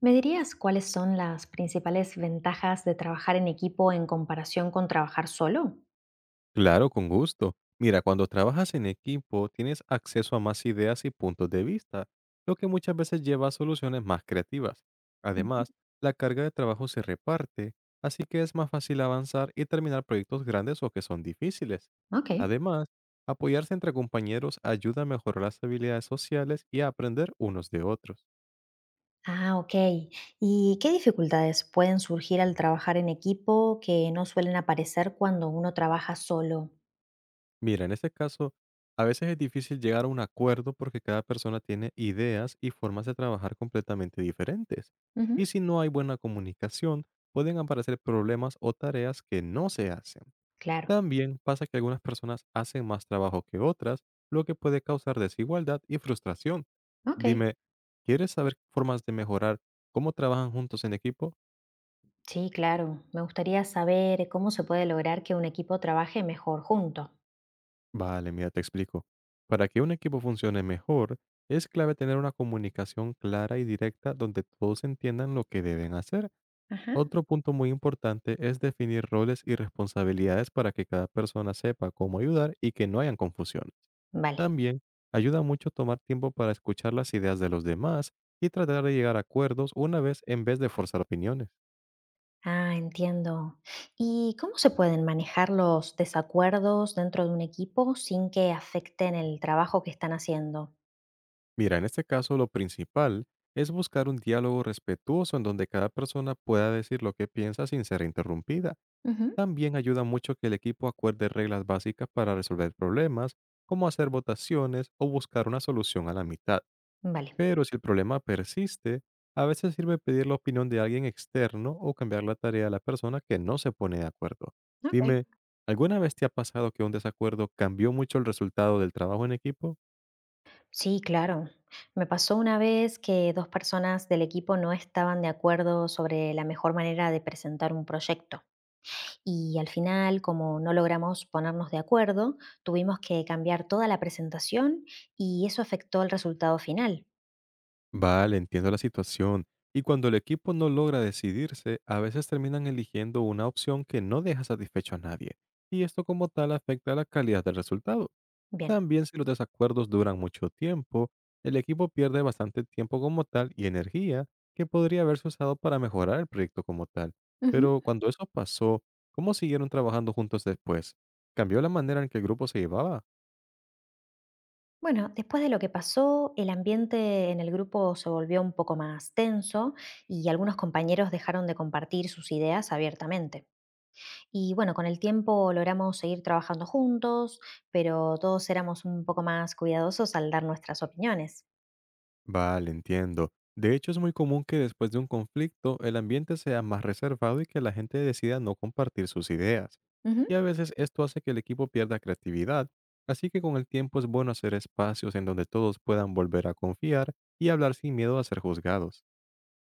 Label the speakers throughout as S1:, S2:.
S1: ¿Me dirías cuáles son las principales ventajas de trabajar en equipo en comparación con trabajar solo?
S2: Claro, con gusto. Mira, cuando trabajas en equipo, tienes acceso a más ideas y puntos de vista, lo que muchas veces lleva a soluciones más creativas.
S1: Ujú.
S2: Además, la carga de trabajo se reparte, así que es más fácil avanzar y terminar proyectos grandes o que son difíciles.
S1: Ok.
S2: Además, apoyarse entre compañeros ayuda a mejorar las habilidades sociales y a aprender unos de otros.
S1: Ah, ok. ¿Y qué dificultades pueden surgir al trabajar en equipo que no suelen aparecer cuando uno trabaja solo?
S2: Mira, en este caso, a veces es difícil llegar a un acuerdo porque cada persona tiene ideas y formas de trabajar completamente diferentes.
S1: Ujú.
S2: Y si no hay buena comunicación, pueden aparecer problemas o tareas que no se hacen.
S1: Claro.
S2: También pasa que algunas personas hacen más trabajo que otras, lo que puede causar desigualdad y frustración.
S1: Ok.
S2: Dime, ¿quieres saber formas de mejorar cómo trabajan juntos en equipo?
S1: Sí, claro. Me gustaría saber cómo se puede lograr que un equipo trabaje mejor junto.
S2: Vale, mira, te explico. Para que un equipo funcione mejor, es clave tener una comunicación clara y directa donde todos entiendan lo que deben hacer.
S1: Ajá.
S2: Otro punto muy importante es definir roles y responsabilidades para que cada persona sepa cómo ayudar y que no hayan confusiones.
S1: Vale.
S2: También ayuda mucho tomar tiempo para escuchar las ideas de los demás y tratar de llegar a acuerdos una vez en vez de forzar opiniones.
S1: Ah, entiendo. ¿Y cómo se pueden manejar los desacuerdos dentro de un equipo sin que afecten el trabajo que están haciendo?
S2: Mira, en este caso lo principal es buscar un diálogo respetuoso en donde cada persona pueda decir lo que piensa sin ser interrumpida.
S1: Ujú.
S2: También ayuda mucho que el equipo acuerde reglas básicas para resolver problemas, como hacer votaciones o buscar una solución a la mitad.
S1: Vale.
S2: Pero si el problema persiste, a veces sirve pedir la opinión de alguien externo o cambiar la tarea de la persona que no se pone de acuerdo.
S1: Ok.
S2: Dime, ¿alguna vez te ha pasado que un desacuerdo cambió mucho el resultado del trabajo en equipo?
S1: Sí, claro. Me pasó una vez que dos personas del equipo no estaban de acuerdo sobre la mejor manera de presentar un proyecto. Y al final, como no logramos ponernos de acuerdo, tuvimos que cambiar toda la presentación y eso afectó el resultado final.
S2: Vale, entiendo la situación. Y cuando el equipo no logra decidirse, a veces terminan eligiendo una opción que no deja satisfecho a nadie. Y esto como tal afecta la calidad del resultado.
S1: Bien.
S2: También, si los desacuerdos duran mucho tiempo, el equipo pierde bastante tiempo como tal y energía que podría haberse usado para mejorar el proyecto como tal. Pero cuando eso pasó, ¿cómo siguieron trabajando juntos después? ¿Cambió la manera en que el grupo se llevaba?
S1: Bueno, después de lo que pasó, el ambiente en el grupo se volvió un poco más tenso y algunos compañeros dejaron de compartir sus ideas abiertamente. Y bueno, con el tiempo logramos seguir trabajando juntos, pero todos éramos un poco más cuidadosos al dar nuestras opiniones.
S2: Vale, entiendo. De hecho, es muy común que después de un conflicto el ambiente sea más reservado y que la gente decida no compartir sus ideas. Y
S1: Ujú.
S2: a veces esto hace que el equipo pierda creatividad, así que con el tiempo es bueno hacer espacios en donde todos puedan volver a confiar y hablar sin miedo a ser juzgados.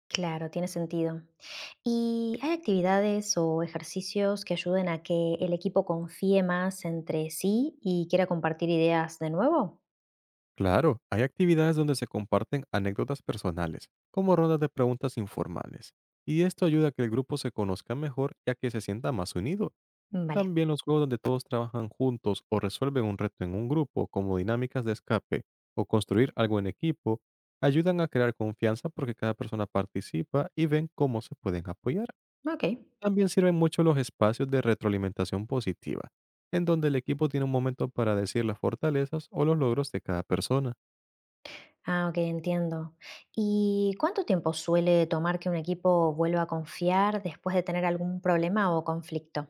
S1: Claro, tiene sentido. ¿Y hay actividades o ejercicios que ayuden a que el equipo confíe más entre sí y quiera compartir ideas de nuevo?
S2: Claro, hay actividades donde se comparten anécdotas personales, como rondas de preguntas informales, y esto ayuda a que el grupo se conozca mejor y a que se sienta más unido.
S1: Mm, vale.
S2: También los juegos donde todos trabajan juntos o resuelven un reto en un grupo, como dinámicas de escape o construir algo en equipo, ayudan a crear confianza porque cada persona participa y ven cómo se pueden apoyar.
S1: Ok.
S2: También sirven mucho los espacios de retroalimentación positiva, en donde el equipo tiene un momento para decir las fortalezas o los logros de cada persona.
S1: Ah, ok, entiendo. ¿Y cuánto tiempo suele tomar que un equipo vuelva a confiar después de tener algún problema o conflicto?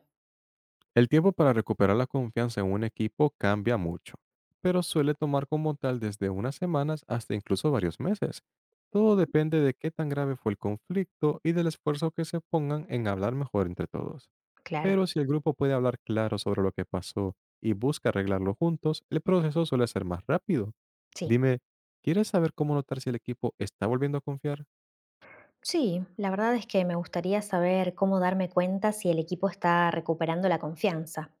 S2: El tiempo para recuperar la confianza en un equipo cambia mucho, pero suele tomar como tal desde unas semanas hasta incluso varios meses. Todo depende de qué tan grave fue el conflicto y del esfuerzo que se pongan en hablar mejor entre todos.
S1: Claro.
S2: Pero si el grupo puede hablar claro sobre lo que pasó y busca arreglarlo juntos, el proceso suele ser más rápido.
S1: Sí.
S2: Dime, ¿quieres saber cómo notar si el equipo está volviendo a confiar?
S1: Sí, la verdad es que me gustaría saber cómo darme cuenta si el equipo está recuperando la confianza.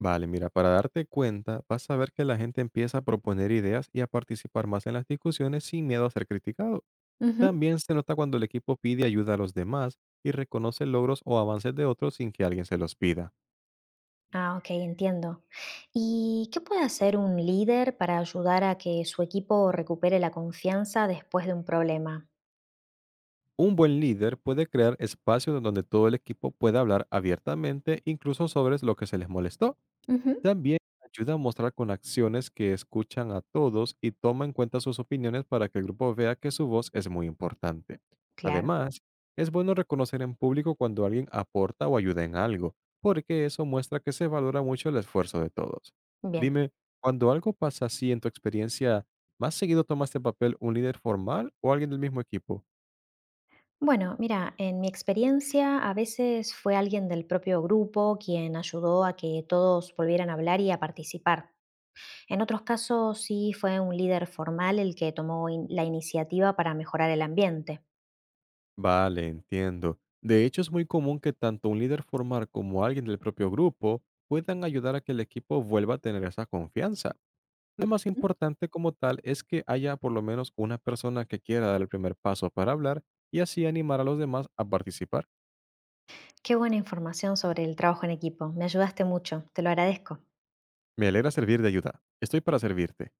S2: Vale, mira, para darte cuenta, vas a ver que la gente empieza a proponer ideas y a participar más en las discusiones sin miedo a ser criticado.
S1: Ujú.
S2: También se nota cuando el equipo pide ayuda a los demás y reconoce logros o avances de otros sin que alguien se los pida.
S1: Ah, ok, entiendo. ¿Y qué puede hacer un líder para ayudar a que su equipo recupere la confianza después de un problema?
S2: Un buen líder puede crear espacios donde todo el equipo pueda hablar abiertamente, incluso sobre lo que se les molestó.
S1: Ujú.
S2: También ayuda a mostrar con acciones que escuchan a todos y toma en cuenta sus opiniones para que el grupo vea que su voz es muy importante.
S1: Claro,
S2: Además, es bueno reconocer en público cuando alguien aporta o ayuda en algo, porque eso muestra que se valora mucho el esfuerzo de todos.
S1: bien.
S2: Dime, cuando algo pasa así en tu experiencia, ¿más seguido tomaste papel un líder formal o alguien del mismo equipo?
S1: Bueno, mira, en mi experiencia a veces fue alguien del propio grupo quien ayudó a que todos volvieran a hablar y a participar. En otros casos sí fue un líder formal el que tomó la iniciativa para mejorar el ambiente.
S2: Vale, entiendo. De hecho, es muy común que tanto un líder formal como alguien del propio grupo puedan ayudar a que el equipo vuelva a tener esa confianza. Lo más
S1: ¿Mm?
S2: importante como tal es que haya por lo menos una persona que quiera dar el primer paso para hablar y así animar a los demás a participar.
S1: Qué buena información sobre el trabajo en equipo. Me ayudaste mucho. Te lo agradezco.
S2: Me alegra servir de ayuda. Estoy para servirte.